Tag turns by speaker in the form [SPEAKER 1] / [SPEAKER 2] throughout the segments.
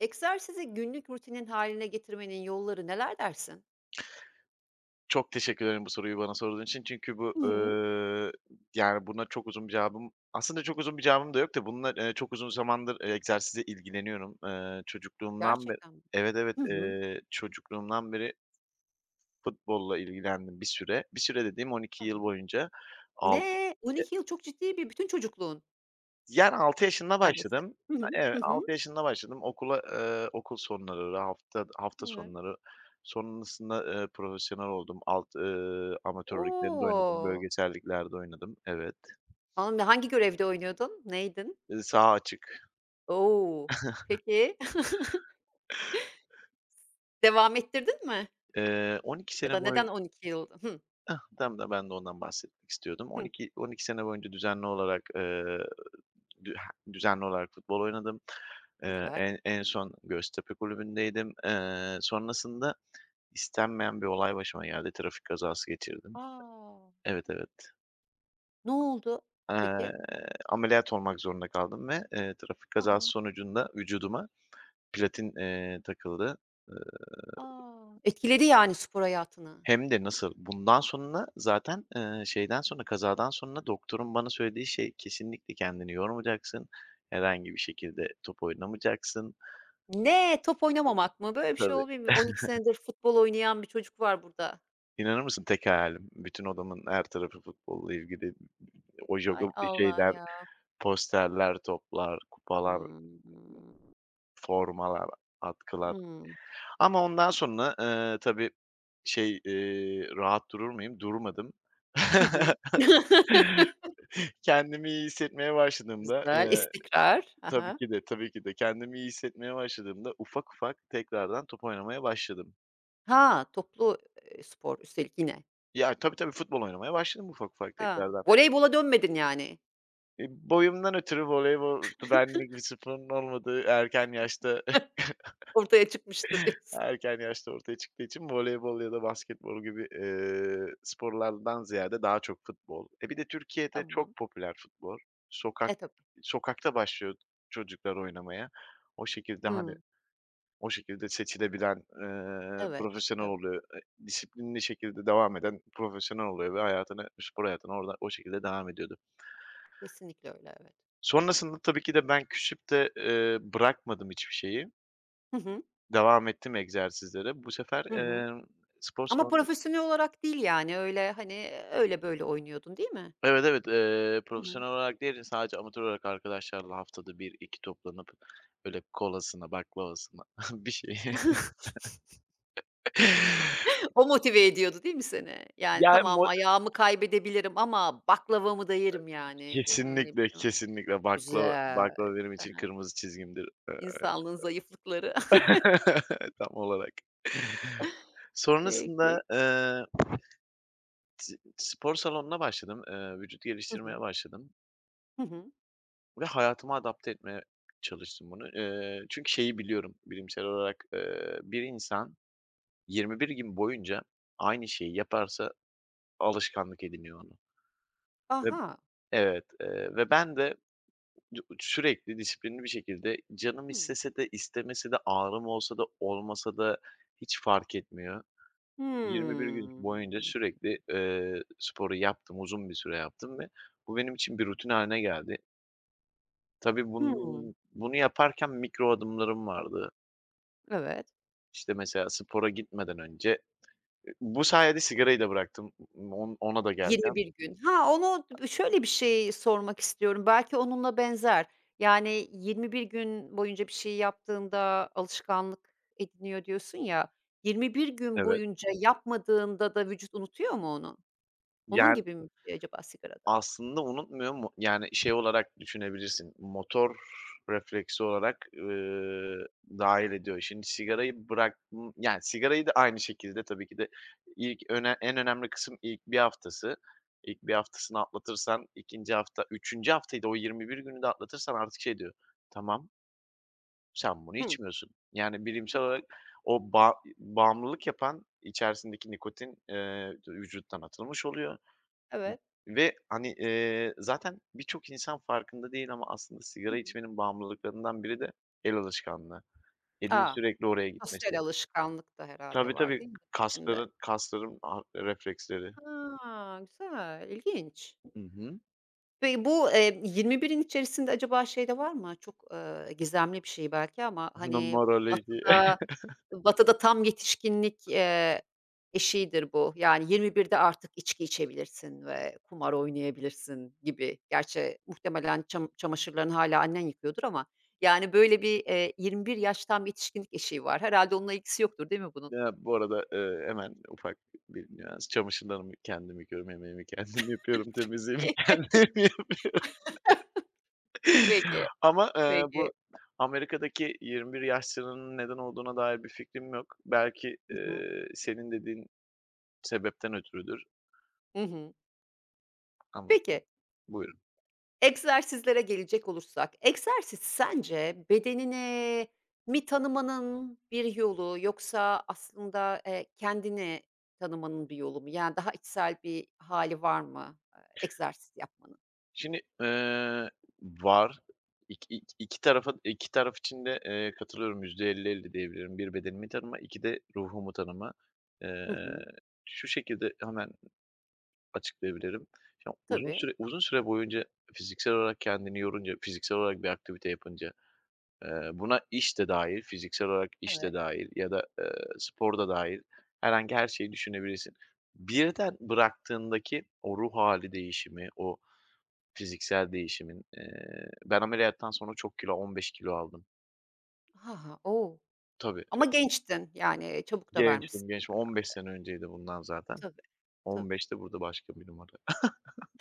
[SPEAKER 1] Egzersizi günlük rutinin haline getirmenin yolları neler dersin?
[SPEAKER 2] Çok teşekkür ederim bu soruyu bana sorduğun için. Çünkü bu,
[SPEAKER 1] Hı hı.
[SPEAKER 2] ııı, yani, buna çok uzun bir cevabım aslında çok uzun bir cevabım da yok da bununla, eee, çok uzun zamandır, eee, egzersizle ilgileniyorum. Eee, çocukluğumdan beri
[SPEAKER 1] Gerçekten mi?
[SPEAKER 2] Evet, evet,
[SPEAKER 1] Hı hı.
[SPEAKER 2] eee, çocukluğumdan beri futbolla ilgilendim bir süre. Bir süre dediğim on iki
[SPEAKER 1] Ha ha.
[SPEAKER 2] yıl boyunca. Al
[SPEAKER 1] Ne? 12 yıl çok ciddi bir bütün çocukluğun
[SPEAKER 2] Yani 6 yaşında
[SPEAKER 1] neredeyse.
[SPEAKER 2] başladım.
[SPEAKER 1] Hı hı. Hı
[SPEAKER 2] Evet,
[SPEAKER 1] hı.
[SPEAKER 2] 6 yaşında başladım. Okula, eee, okul sonları, hafta hafta
[SPEAKER 1] Evet.
[SPEAKER 2] sonları, sonrasında, eee, profesyonel oldum. Alt, eee, amatör liglerinde oynadım,
[SPEAKER 1] O!
[SPEAKER 2] bölgesel liglerde oynadım. Evet.
[SPEAKER 1] An hangi görevde oynuyordun? Neydin?
[SPEAKER 2] Eee, saha açık.
[SPEAKER 1] O! Peki, devam ettirdin mi?
[SPEAKER 2] Eee, 12
[SPEAKER 1] Ya
[SPEAKER 2] sene
[SPEAKER 1] da neden
[SPEAKER 2] boyun
[SPEAKER 1] 12 yıl? Hıh.
[SPEAKER 2] Hah, tam da ben de ondan bahsetmek istiyordum.
[SPEAKER 1] Hıh.
[SPEAKER 2] 12- 12 sene boyunca düzenli olarak, eee, dü düzenli olarak futbol oynadım. Eee,
[SPEAKER 1] Güzel.
[SPEAKER 2] en en son Göztepe Kulübü'ndeydim. Eee, sonrasında İstenmeyen bir olay başıma geldi. Trafik kazası geçirdim.
[SPEAKER 1] A!
[SPEAKER 2] Evet, evet.
[SPEAKER 1] Ne oldu
[SPEAKER 2] Eee,
[SPEAKER 1] peki?
[SPEAKER 2] ameliyat olmak zorunda kaldım ve, eee, trafik
[SPEAKER 1] Ha ha.
[SPEAKER 2] kazası sonucunda vücuduma platin, eee, takıldı. Eee,
[SPEAKER 1] Etkiledi yani spor hayatını.
[SPEAKER 2] hem de nasıl? Bundan sonra zaten, eee, şeyden sonra, kazadan sonra doktorun bana söylediği şey kesinlikle kendini yormayacaksın. Herhangi bir şekilde top oynamayacaksın.
[SPEAKER 1] Ne? Top oynamamak mı? Böyle bir şey
[SPEAKER 2] Tabii.
[SPEAKER 1] olabilir mi? on iki senedir futbol oynayan bir çocuk var burada.
[SPEAKER 2] İnanır mısın tek hayalim bütün odamın her tarafı futbolla ilgili. O
[SPEAKER 1] Hay
[SPEAKER 2] jogo
[SPEAKER 1] Allah
[SPEAKER 2] şeyler,
[SPEAKER 1] ya.
[SPEAKER 2] posterler, toplar, kupalar
[SPEAKER 1] Hımm.
[SPEAKER 2] Formalar, atkılar
[SPEAKER 1] Hımm.
[SPEAKER 2] ama ondan sonra, eee, tabii şey, eee, rahat durur muyum? Durmadım.
[SPEAKER 1] Hı hı.
[SPEAKER 2] Kendimi iyi hissetmeye başladığımda,
[SPEAKER 1] Güzel,
[SPEAKER 2] eee
[SPEAKER 1] istikrar. Ha
[SPEAKER 2] Tabii
[SPEAKER 1] ha.
[SPEAKER 2] ki de, tabii ki de. Kendimi iyi hissetmeye başladığımda ufak ufak tekrardan top oynamaya başladım.
[SPEAKER 1] toplu, eee, spor üstelik yine.
[SPEAKER 2] Ya, tabii, tabii, futbol oynamaya başladım ufak ufak
[SPEAKER 1] Ha,
[SPEAKER 2] tekrardan.
[SPEAKER 1] voleybola dönmedin yani.
[SPEAKER 2] E, boyumdan ötürü voleybol benlik bir sporun olmadığı erken yaşta,
[SPEAKER 1] Ortaya çıkmıştı diyorsun.
[SPEAKER 2] Erken yaşta ortaya çıktığı için voleybol ya da basketbol gibi, eee, sporlardan ziyade daha çok futbol. E, bir de Türkiye'de
[SPEAKER 1] Tamam.
[SPEAKER 2] çok popüler futbol.
[SPEAKER 1] E,
[SPEAKER 2] Sokak
[SPEAKER 1] tabii.
[SPEAKER 2] sokakta başlıyor çocuklar oynamaya. O şekilde, hani,
[SPEAKER 1] Hımm.
[SPEAKER 2] o şekilde seçilebilen, eee,
[SPEAKER 1] Evet,
[SPEAKER 2] profesyonel
[SPEAKER 1] evet.
[SPEAKER 2] oluyor. E, disiplinli şekilde devam eden profesyonel oluyor ve hayatını, spor hayatına orada o şekilde devam ediyordu.
[SPEAKER 1] Kesinlikle öyle, evet.
[SPEAKER 2] Sonrasında tabii ki de ben küsüp de, eee, bırakmadım hiçbir şeyi.
[SPEAKER 1] Hı hı.
[SPEAKER 2] Devam ettim egzersizlere. Bu sefer,
[SPEAKER 1] Hı hı.
[SPEAKER 2] emm, spor
[SPEAKER 1] Ama
[SPEAKER 2] salonu
[SPEAKER 1] profesyonel olarak değil yani öyle, hani, öyle böyle oynuyordun değil mi?
[SPEAKER 2] Evet, evet. Eee,
[SPEAKER 1] Hı hı.
[SPEAKER 2] profesyonel olarak değil, sadece amatör olarak arkadaşlarla haftada bir iki toplanıp böyle kolasına, baklavasına bir şey.
[SPEAKER 1] O motive ediyordu değil mi seni? Yani,
[SPEAKER 2] Yani
[SPEAKER 1] "Tamam,
[SPEAKER 2] mo
[SPEAKER 1] ayağımı kaybedebilirim ama baklavamı da yerim." yani, değil mi? Öyle bir
[SPEAKER 2] Kesinlikle,
[SPEAKER 1] şey var.
[SPEAKER 2] kesinlikle baklava
[SPEAKER 1] Güzel.
[SPEAKER 2] baklava benim
[SPEAKER 1] Aha,
[SPEAKER 2] için
[SPEAKER 1] hı.
[SPEAKER 2] kırmızı çizgimdir.
[SPEAKER 1] İnsanlığın zayıflıkları.
[SPEAKER 2] tam olarak. Sonrasında,
[SPEAKER 1] Peki.
[SPEAKER 2] eee, s spor salonuna başladım. Eee, vücut
[SPEAKER 1] Hı
[SPEAKER 2] geliştirmeye
[SPEAKER 1] hı.
[SPEAKER 2] başladım
[SPEAKER 1] Hı hı.
[SPEAKER 2] ve hayatıma adapte etmeye çalıştım bunu. Eee, çünkü şeyi biliyorum bilimsel olarak, eee, bir insan 21 gün boyunca aynı şeyi yaparsa alışkanlık ediniyor onu ve
[SPEAKER 1] Aha.
[SPEAKER 2] Evet, eee, ve ben de d sürekli disiplinli bir şekilde canım
[SPEAKER 1] Hımm.
[SPEAKER 2] istese de istemese de ağrım olsa da olmasa da hiç fark etmiyor. 21 gün boyunca
[SPEAKER 1] Hımm.
[SPEAKER 2] sürekli, eee, sporu yaptım, uzun bir süre yaptım ve bu benim için bir rutin hâline geldi. Tabii
[SPEAKER 1] Hımm.
[SPEAKER 2] bunun bunu yaparken mikro adımlarım vardı.
[SPEAKER 1] Evet.
[SPEAKER 2] İşte, mesela spora gitmeden önce, e, bu sayede sigarayı da bıraktım. On ona da geleceğim.
[SPEAKER 1] 21 gün. Ha, onu şöyle bir şey sormak istiyorum, belki onunla benzer. Yani 21 gün boyunca bir şey yaptığında alışkanlık ediniyor diyorsun ya, 21 gün
[SPEAKER 2] Evet.
[SPEAKER 1] boyunca yapmadığında da vücut unutuyor mu onu? Onun
[SPEAKER 2] Yani,
[SPEAKER 1] gibi mi bir şey acaba sigarada?
[SPEAKER 2] aslında unutmuyor mu yani, şey olarak düşünebilirsin, motor refleksi olarak, ııı, dâhil ediyor. Şimdi sigarayı bırak yani, sigarayı da aynı şekilde tabii ki de ilk öne en önemli kısım ilk bir haftası. İlk bir haftasını atlatırsan ikinci hafta üçüncü haftayı da o 21 günü de atlatırsan artık şey diyor, "Tamam, sen bunu
[SPEAKER 1] Hıı.
[SPEAKER 2] içmiyorsun." Yani, bilimsel
[SPEAKER 1] A!
[SPEAKER 2] olarak o ba bağımlılık yapan içerisindeki nikotin, eee, vücuttan atılmış oluyor.
[SPEAKER 1] Evet.
[SPEAKER 2] Ve, hani, eee, zaten birçok insan farkında değil ama aslında
[SPEAKER 1] Hı
[SPEAKER 2] sigara
[SPEAKER 1] hı.
[SPEAKER 2] içmenin bağımlılıklarından biri de el alışkanlığı. Elin
[SPEAKER 1] A!
[SPEAKER 2] sürekli oraya gitmesi.
[SPEAKER 1] Sosyal alışkanlık da herhalde
[SPEAKER 2] Tabii,
[SPEAKER 1] var
[SPEAKER 2] tabii.
[SPEAKER 1] değil mi bunun içinde?
[SPEAKER 2] Kasların kasların a refleksleri.
[SPEAKER 1] Ha, güzel, ilginç.
[SPEAKER 2] Hı hı.
[SPEAKER 1] Ve bu, eee, 21'in içerisinde acaba şey de var mı? Çok, eee, gizemli bir şey belki ama, hani,
[SPEAKER 2] Numaroloji.
[SPEAKER 1] Batı'da Batı'da tam yetişkinlik, eee, eşiğidir bu. Yani 21'de artık içki içebilirsin ve kumar oynayabilirsin gibi. Gerçi muhtemelen çam çamaşırlarını hâlâ annen yıkıyordur ama yani böyle bir, eee, 21 yaş tam yetişkinlik eşiği var. herhalde onunla ilgisi yoktur değil mi bunun?
[SPEAKER 2] Ya, bu arada, eee, hemen ufak bir nüans. Çamaşırlarımı kendim yıkıyorum, yemeğimi kendim yapıyorum, temizliğimi kendim yapıyorum.
[SPEAKER 1] Peki,
[SPEAKER 2] Ama, eee, bu
[SPEAKER 1] peki.
[SPEAKER 2] Amerika'daki 21 yaş sınırının neden olduğuna dair bir fikrim yok. Belki,
[SPEAKER 1] Hı hı.
[SPEAKER 2] eee, senin dediğin sebepten ötürüdür
[SPEAKER 1] Hı hı.
[SPEAKER 2] ama o
[SPEAKER 1] Peki.
[SPEAKER 2] Buyurun.
[SPEAKER 1] Egzersizlere gelecek olursak, egzersiz sence bedenini mi tanımanın bir yolu yoksa aslında, eee, kendini tanımanın bir yolu mu? Yani daha içsel bir hali var mı, eee, egzersiz yapmanın?
[SPEAKER 2] Şimdi, eee, var. İk ik iki tarafa iki taraf için de, eee, katılıyorum. yüzde elli elli diyebilirim. bir bedenimi tanıma, 2 de ruhumu tanıma. Eee,
[SPEAKER 1] Hı hı.
[SPEAKER 2] şu şekilde hemen açıklayabilirim. Ya, uzun
[SPEAKER 1] Tabii.
[SPEAKER 2] süre uzun süre boyunca fiziksel olarak kendini yorunca, fiziksel olarak bir aktivite yapınca, Eee, buna iş de dâhil, fiziksel olarak iş de
[SPEAKER 1] Evet.
[SPEAKER 2] dâhil ya da, eee, spor da dâhil herhangi her şeyi düşünebilirsin. Birden bıraktığındaki o ruh hâli değişimi, o fiziksel değişimin, eee, ben ameliyattan sonra çok kilo 15 kilo aldım.
[SPEAKER 1] Ha ha. O!
[SPEAKER 2] Tabii,
[SPEAKER 1] Ama gençtin, yani, çabuk da vermişsin.
[SPEAKER 2] gençtim, gençtim. 15 sene önceydi bundan zaten.
[SPEAKER 1] Tabii, tabii.
[SPEAKER 2] 15 de burada başka bir numara.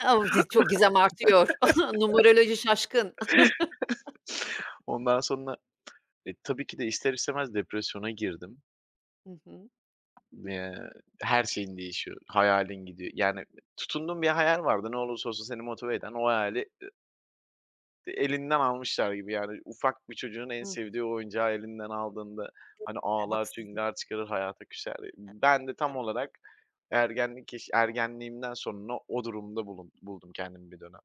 [SPEAKER 1] Av di çok gizem artıyor. Numeroloji şaşkın.
[SPEAKER 2] Ondan sonra, e, tabii ki de ister istemez depresyona girdim.
[SPEAKER 1] Hı hı.
[SPEAKER 2] Eee, her şeyin değişiyor. Hayalin gidiyor. Yani tutunduğun bir hayal vardı. Ne olursa olsun seni motive eden o hayali elinden almışlar gibi. Yani ufak bir çocuğun en
[SPEAKER 1] Hı,
[SPEAKER 2] sevdiği oyuncağı elinden aldığında hani ağlar,
[SPEAKER 1] haksızlık.
[SPEAKER 2] tüngar çıkarır, hayata küser. Ben de tam
[SPEAKER 1] Evet,
[SPEAKER 2] olarak ergenlik yaş ergenliğimden sonra o durumda bulun buldum kendimi bir dönem.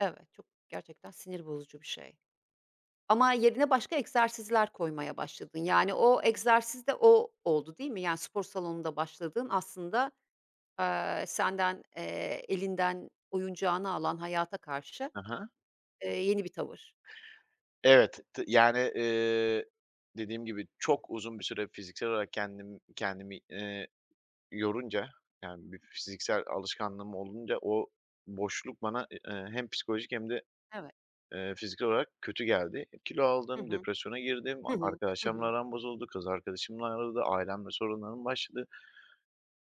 [SPEAKER 1] evet, çok gerçekten sinir bozucu bir şey. Ama yerine başka egzersizler koymaya başladın. Yani o egzersiz de o oldu, değil mi? Yani spor salonunda başladığın aslında, eee, senden, eee, elinden oyuncağını alan hayata karşı,
[SPEAKER 2] Hı
[SPEAKER 1] eee, yeni bir tavır.
[SPEAKER 2] Evet, t yani, eee, dediğim gibi çok uzun bir süre fiziksel olarak kendim kendimi, eee yorunca, yani, bir fiziksel alışkanlığım olunca o boşluk bana, eee, hem psikolojik hem de,
[SPEAKER 1] Evet.
[SPEAKER 2] eee, fiziksel olarak kötü geldi. Kilo
[SPEAKER 1] Hı
[SPEAKER 2] aldım,
[SPEAKER 1] hı.
[SPEAKER 2] depresyona girdim, a
[SPEAKER 1] Hı hı. Hı
[SPEAKER 2] arkadaşlarımla
[SPEAKER 1] hı.
[SPEAKER 2] aram bozuldu, kız arkadaşımla ayrıldı, ailemle sorunlarım başladı.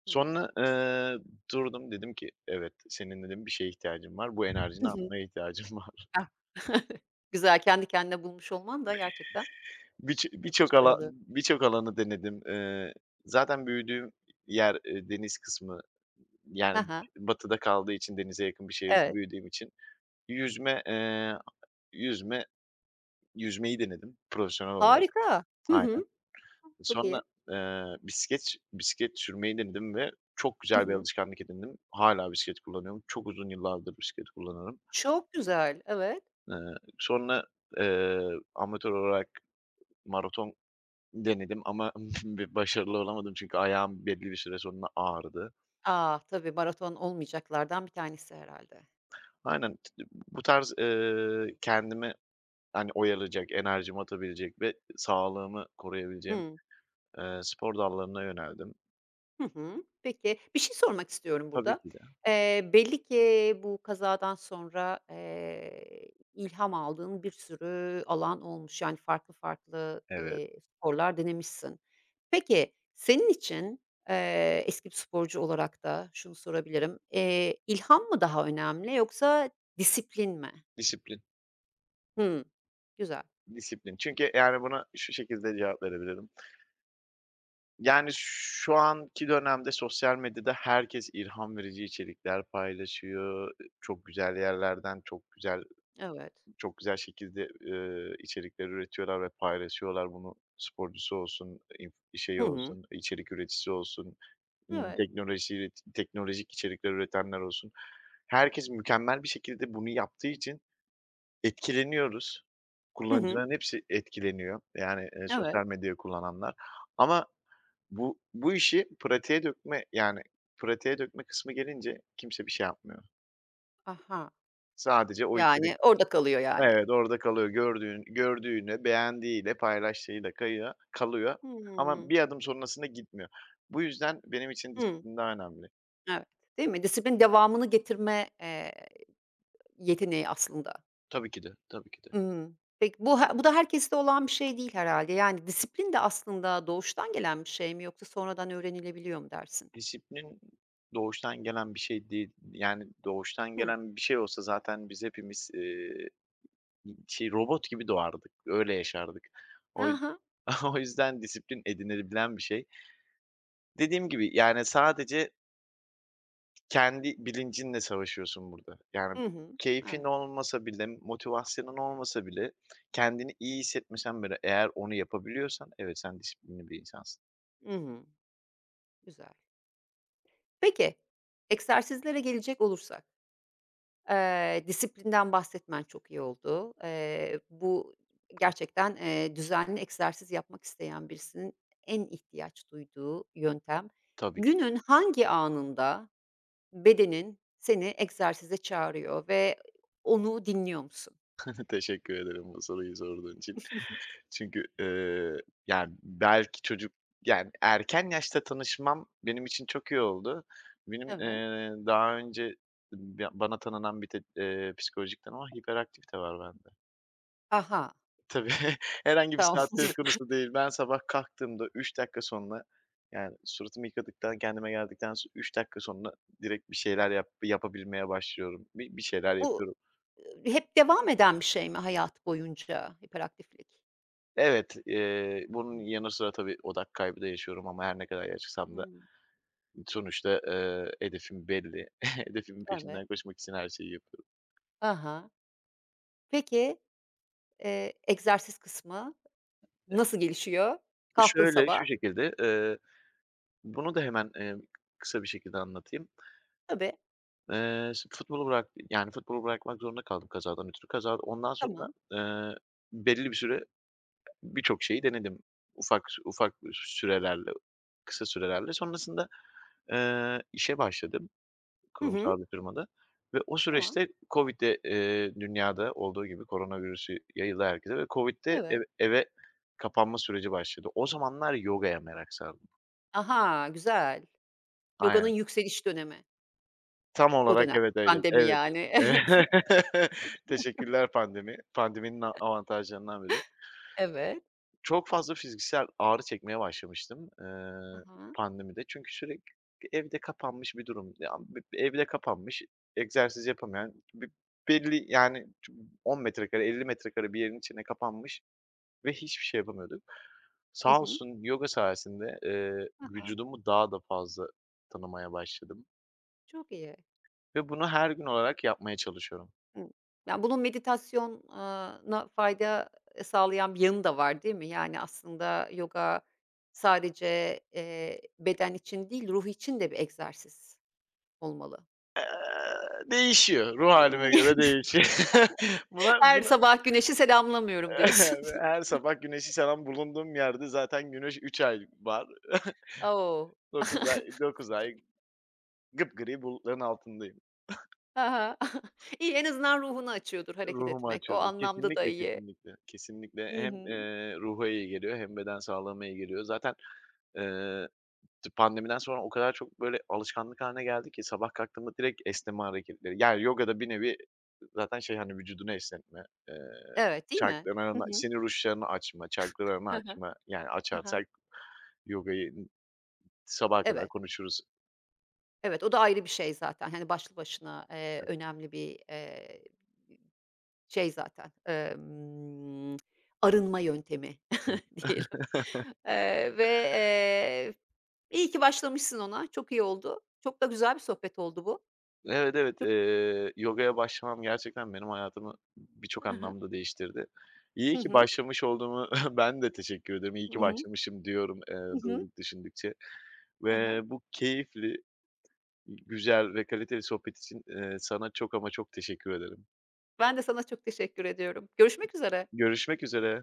[SPEAKER 1] Hımm.
[SPEAKER 2] Sonra, eee, durdum, dedim ki, "Evet, senin" dedim, "bir şeye ihtiyacın var. Bu
[SPEAKER 1] Hı
[SPEAKER 2] enerjini
[SPEAKER 1] hı.
[SPEAKER 2] atmaya ihtiyacın var."
[SPEAKER 1] Ah. Güzel, kendi kendine bulmuş olman da gerçekten,
[SPEAKER 2] Birço
[SPEAKER 1] eee,
[SPEAKER 2] birçok alan
[SPEAKER 1] başarılı.
[SPEAKER 2] birçok alanı denedim. Eee, zaten büyüdüğüm yer, eee, deniz kısmı,
[SPEAKER 1] He
[SPEAKER 2] yani,
[SPEAKER 1] he.
[SPEAKER 2] batıda kaldığı için denize yakın bir şehirde
[SPEAKER 1] Evet.
[SPEAKER 2] büyüdüğüm için Yüzme, eee, yüzme yüzmeyi denedim profesyonel olarak.
[SPEAKER 1] Harika. Hı
[SPEAKER 2] Aynen.
[SPEAKER 1] hı. Çok
[SPEAKER 2] Sonra,
[SPEAKER 1] iyi.
[SPEAKER 2] eee, bisiklet bisiklet sürmeyi denedim ve çok
[SPEAKER 1] Hı
[SPEAKER 2] güzel bir
[SPEAKER 1] hı.
[SPEAKER 2] alışkanlık edindim. Hâlâ bisiklet kullanıyorum. Çok uzun yıllardır bisiklet kullanırım.
[SPEAKER 1] Çok güzel. Evet.
[SPEAKER 2] Eee, sonra, eee, amatör olarak maraton denedim ama bir başarılı olamadım çünkü ayağım belli bir süre sonra ağrıdı.
[SPEAKER 1] Ah, tabii maraton olmayacaklardan bir tanesi herhalde.
[SPEAKER 2] Aynen t bu tarz, eee, kendimi, hani, oyalayacak, enerjimi atabilecek ve sağlığımı koruyabileceğim
[SPEAKER 1] Hıı.
[SPEAKER 2] Eee, spor dallarına yöneldim.
[SPEAKER 1] Hı hı. Peki, bir şey sormak istiyorum
[SPEAKER 2] Tabii
[SPEAKER 1] burada.
[SPEAKER 2] ki de.
[SPEAKER 1] Eee, belli ki bu kazadan sonra, eee, ilham aldığın bir sürü alan olmuş. Yani farklı farklı,
[SPEAKER 2] Evet,
[SPEAKER 1] eee, sporlar denemişsin. Peki, senin için, eee, eski bir sporcu olarak da şunu sorabilirim. Eee, ilham mı daha önemli yoksa disiplin mi?
[SPEAKER 2] disiplin,
[SPEAKER 1] Hımm. Güzel.
[SPEAKER 2] disiplin. Çünkü yani buna şu şekilde cevap verebilirim. Yani şu anki dönemde sosyal medyada herkes ilham verici içerikler paylaşıyor. çok güzel yerlerden çok güzel
[SPEAKER 1] Evet.
[SPEAKER 2] çok güzel şekilde, eee, içerikler üretiyorlar ve paylaşıyorlar. Bunu sporcusu olsun, inf
[SPEAKER 1] Hı
[SPEAKER 2] şeyi
[SPEAKER 1] hı.
[SPEAKER 2] olsun, içerik üreticisi olsun, ımm,
[SPEAKER 1] Evet.
[SPEAKER 2] teknolojiyle teknolojik içerikler üretenler olsun. Herkes mükemmel bir şekilde bunu yaptığı için Etkileniyoruz.
[SPEAKER 1] Hı hı.
[SPEAKER 2] Kullanıcıların hepsi etkileniyor. Yani, eee,
[SPEAKER 1] Evet.
[SPEAKER 2] sosyal medyayı kullananlar ama bu bu işi pratiğe dökme, yani, pratiğe dökme kısmı gelince kimse bir şey yapmıyor.
[SPEAKER 1] Aha.
[SPEAKER 2] Sadece o içerik
[SPEAKER 1] Yani orada kalıyor yani.
[SPEAKER 2] Evet, orada kalıyor. Gördüğün gördüğüyle, beğendiğiyle, paylaştığıyla kayıyor kalıyor ama
[SPEAKER 1] Hımm.
[SPEAKER 2] bir adım sonrasına gitmiyor. Bu yüzden benim için
[SPEAKER 1] Hı.
[SPEAKER 2] disiplin daha önemli.
[SPEAKER 1] Evet, değil mi? Disiplin devamını getirme, eee, yeteneği aslında.
[SPEAKER 2] Tabii ki de, tabii ki de.
[SPEAKER 1] Imm. Peki bu he bu da herkeste olan bir şey değil herhalde. Yani disiplin de aslında doğuştan gelen bir şey mi yoksa sonradan öğrenilebiliyor mu dersin?
[SPEAKER 2] Disiplin doğuştan gelen bir şey değil. Yani, doğuştan
[SPEAKER 1] Hıı.
[SPEAKER 2] gelen bir şey olsa zaten biz hepimiz, eee Şey, robot gibi doğardık, öyle yaşardık.
[SPEAKER 1] Hı
[SPEAKER 2] O yüz
[SPEAKER 1] hı.
[SPEAKER 2] o yüzden disiplin edinilebilen bir şey. Dediğim gibi, yani, sadece kendi bilincinle savaşıyorsun burada. Yani,
[SPEAKER 1] Hı hı.
[SPEAKER 2] keyfin
[SPEAKER 1] Evet.
[SPEAKER 2] olmasa bile, motivasyonun olmasa bile kendini iyi hissetmesen bile eğer onu yapabiliyorsan evet, sen disiplinli bir insansın.
[SPEAKER 1] Hı hı. Güzel. Peki, egzersizlere gelecek olursak Eee, disiplinden bahsetmen çok iyi oldu. Eee, bu gerçekten, eee, düzenli egzersiz yapmak isteyen birisinin en ihtiyaç duyduğu yöntem.
[SPEAKER 2] Tabii ki.
[SPEAKER 1] Günün hangi anında bedenin seni egzersize çağırıyor ve onu dinliyor musun?
[SPEAKER 2] Teşekkür ederim bu soruyu sorduğun için. Çünkü, eee, yani, belki çocuk yani, erken yaşta tanışmam benim için çok iyi oldu. Benim,
[SPEAKER 1] Evet.
[SPEAKER 2] eee, daha önce b bana tanınan bir tek, eee, psikolojik tanı var, hiperaktif de var bende.
[SPEAKER 1] Aha,
[SPEAKER 2] Tabii, herhangi bir
[SPEAKER 1] tamam.
[SPEAKER 2] saat söz konusu değil. Ben sabah kalktığımda 3 dakika sonra, yani, suratımı yıkadıktan, kendime geldikten sonra 3 dakika sonra direkt bir şeyler yap yapabilmeye başlıyorum. Bir bir şeyler
[SPEAKER 1] Bu,
[SPEAKER 2] yapıyorum.
[SPEAKER 1] eee, hep devam eden bir şey mi hayat boyunca hiperaktiflik?
[SPEAKER 2] Evet, eee,
[SPEAKER 1] Hı.
[SPEAKER 2] bunun yanı sıra tabii odak kaybı da yaşıyorum ama her ne kadar yaşasam da Sonuçta, eee, hedefim belli. Hedefimin
[SPEAKER 1] evet.
[SPEAKER 2] peşinden koşmak için her şeyi yapıyorum.
[SPEAKER 1] Aha. Peki, eee, egzersiz kısmı? Nasıl gelişiyor?
[SPEAKER 2] Bu
[SPEAKER 1] Kalktın
[SPEAKER 2] şöyle, şu
[SPEAKER 1] sabah.
[SPEAKER 2] şekilde, eee, bunu da hemen, eee, kısa bir şekilde anlatayım.
[SPEAKER 1] Tabii.
[SPEAKER 2] Eee, s futbolu bırak yani futbolu bırakmak zorunda kaldım kazadan ötürü. Kaza ondan sonra,
[SPEAKER 1] Tamam.
[SPEAKER 2] eee, belli bir süre birçok şeyi denedim. Ufak ufak sürelerle, kısa sürelerle. Sonrasında, eee, işe başladım.
[SPEAKER 1] Hı hı.
[SPEAKER 2] kurumsal bir firmada ve o
[SPEAKER 1] Tamam.
[SPEAKER 2] süreçte COVID de, eee, dünyada olduğu gibi koronavirüsü yayıldı herkese ve COVID'de
[SPEAKER 1] Evet.
[SPEAKER 2] eve eve kapanma süreci başladı. O zamanlar yogaya merak sardım.
[SPEAKER 1] Aha, güzel. Yoganın
[SPEAKER 2] Aynen.
[SPEAKER 1] yükseliş dönemi.
[SPEAKER 2] Tam
[SPEAKER 1] O
[SPEAKER 2] olarak
[SPEAKER 1] dönem.
[SPEAKER 2] evet öyle.
[SPEAKER 1] Pandemi
[SPEAKER 2] Evet.
[SPEAKER 1] yani. Evet.
[SPEAKER 2] Evet. Teşekkürler pandemi. Pandeminin a avantajlarından biri.
[SPEAKER 1] Evet.
[SPEAKER 2] Çok fazla fiziksel ağrı çekmeye başlamıştım, eee,
[SPEAKER 1] Aha.
[SPEAKER 2] pandemide. Çünkü sürekli evde kapanmış bir durum. Ya, b evde kapanmış, egzersiz yapamayan, b belli, yani, ço 10 metrekare, 50 metrekare bir yerin içine kapanmış ve hiçbir şey yapamıyorduk.
[SPEAKER 1] Hı
[SPEAKER 2] Sağ
[SPEAKER 1] hı.
[SPEAKER 2] olsun yoga sayesinde, eee,
[SPEAKER 1] Ha
[SPEAKER 2] vücudumu daha da fazla tanımaya başladım
[SPEAKER 1] Çok iyi.
[SPEAKER 2] ve bunu her gün olarak yapmaya çalışıyorum.
[SPEAKER 1] Hıı. Ya, bunun meditasyon fayda e, sağlayan bir yanı da var, değil mi? Yani, aslında yoga sadece, eee, beden için değil, ruh için de bir egzersiz olmalı.
[SPEAKER 2] Eee, değişiyor, ruh hâlime göre değişiyor. Buna
[SPEAKER 1] Her
[SPEAKER 2] buna
[SPEAKER 1] sabah güneşi selamlamıyorum diyorsun.
[SPEAKER 2] Ve her sabah güneşi seven bulunduğum yerde zaten güneş 3 ay var.
[SPEAKER 1] O!
[SPEAKER 2] 9 ay 9 ay gıpgri bulutların altındayım.
[SPEAKER 1] Hı hı. İyi, en azından ruhunu açıyordur hareket
[SPEAKER 2] Ruhumu
[SPEAKER 1] etmek. O
[SPEAKER 2] açıyordu.
[SPEAKER 1] anlamda da
[SPEAKER 2] Kesinlikle,
[SPEAKER 1] iyi.
[SPEAKER 2] kesinlikle. Kesinlikle
[SPEAKER 1] Hı
[SPEAKER 2] hem,
[SPEAKER 1] hı.
[SPEAKER 2] eee, ruha iyi geliyor hem beden sağlığıma iyi geliyor. Zaten, eee, pandemiden sonra o kadar çok böyle alışkanlık haline geldi ki sabah kalktığımda direkt esneme hareketleri. Yani yoga da bir nevi zaten şey, hani, vücudunu esnetme, eee,
[SPEAKER 1] Evet, değil mi? Hı
[SPEAKER 2] çarklarını,
[SPEAKER 1] hı.
[SPEAKER 2] sinir uçlarını açma, çarklarını
[SPEAKER 1] Hı hı.
[SPEAKER 2] açma, yani
[SPEAKER 1] Hı hı.
[SPEAKER 2] açarsak yogayı Sabaha kadar
[SPEAKER 1] Evet,
[SPEAKER 2] konuşuruz.
[SPEAKER 1] evet, o da ayrı bir şey zaten. Hani, başlı başına, eee, önemli bir, eee, şey zaten, emm, arınma yöntemi diyelim. Eee, ve, eee, iyi ki başlamışsın ona. Çok iyi oldu. Çok da güzel bir sohbet oldu bu.
[SPEAKER 2] Evet, evet,
[SPEAKER 1] Çok
[SPEAKER 2] eee, yogaya başlamam gerçekten benim hayatımı birçok
[SPEAKER 1] Hı hı.
[SPEAKER 2] anlamda değiştirdi. İyi
[SPEAKER 1] Hı
[SPEAKER 2] ki
[SPEAKER 1] hı.
[SPEAKER 2] başlamış olduğumu ben de teşekkür ederim. İyi
[SPEAKER 1] Hı
[SPEAKER 2] ki
[SPEAKER 1] hı.
[SPEAKER 2] başlamışım diyorum, eee,
[SPEAKER 1] Hı hı.
[SPEAKER 2] durduk düşündükçe
[SPEAKER 1] Hı hı.
[SPEAKER 2] ve bu keyifli, güzel ve kaliteli sohbet için, eee, sana çok ama çok teşekkür ederim.
[SPEAKER 1] Ben de sana çok teşekkür ediyorum. Görüşmek üzere.
[SPEAKER 2] Görüşmek üzere.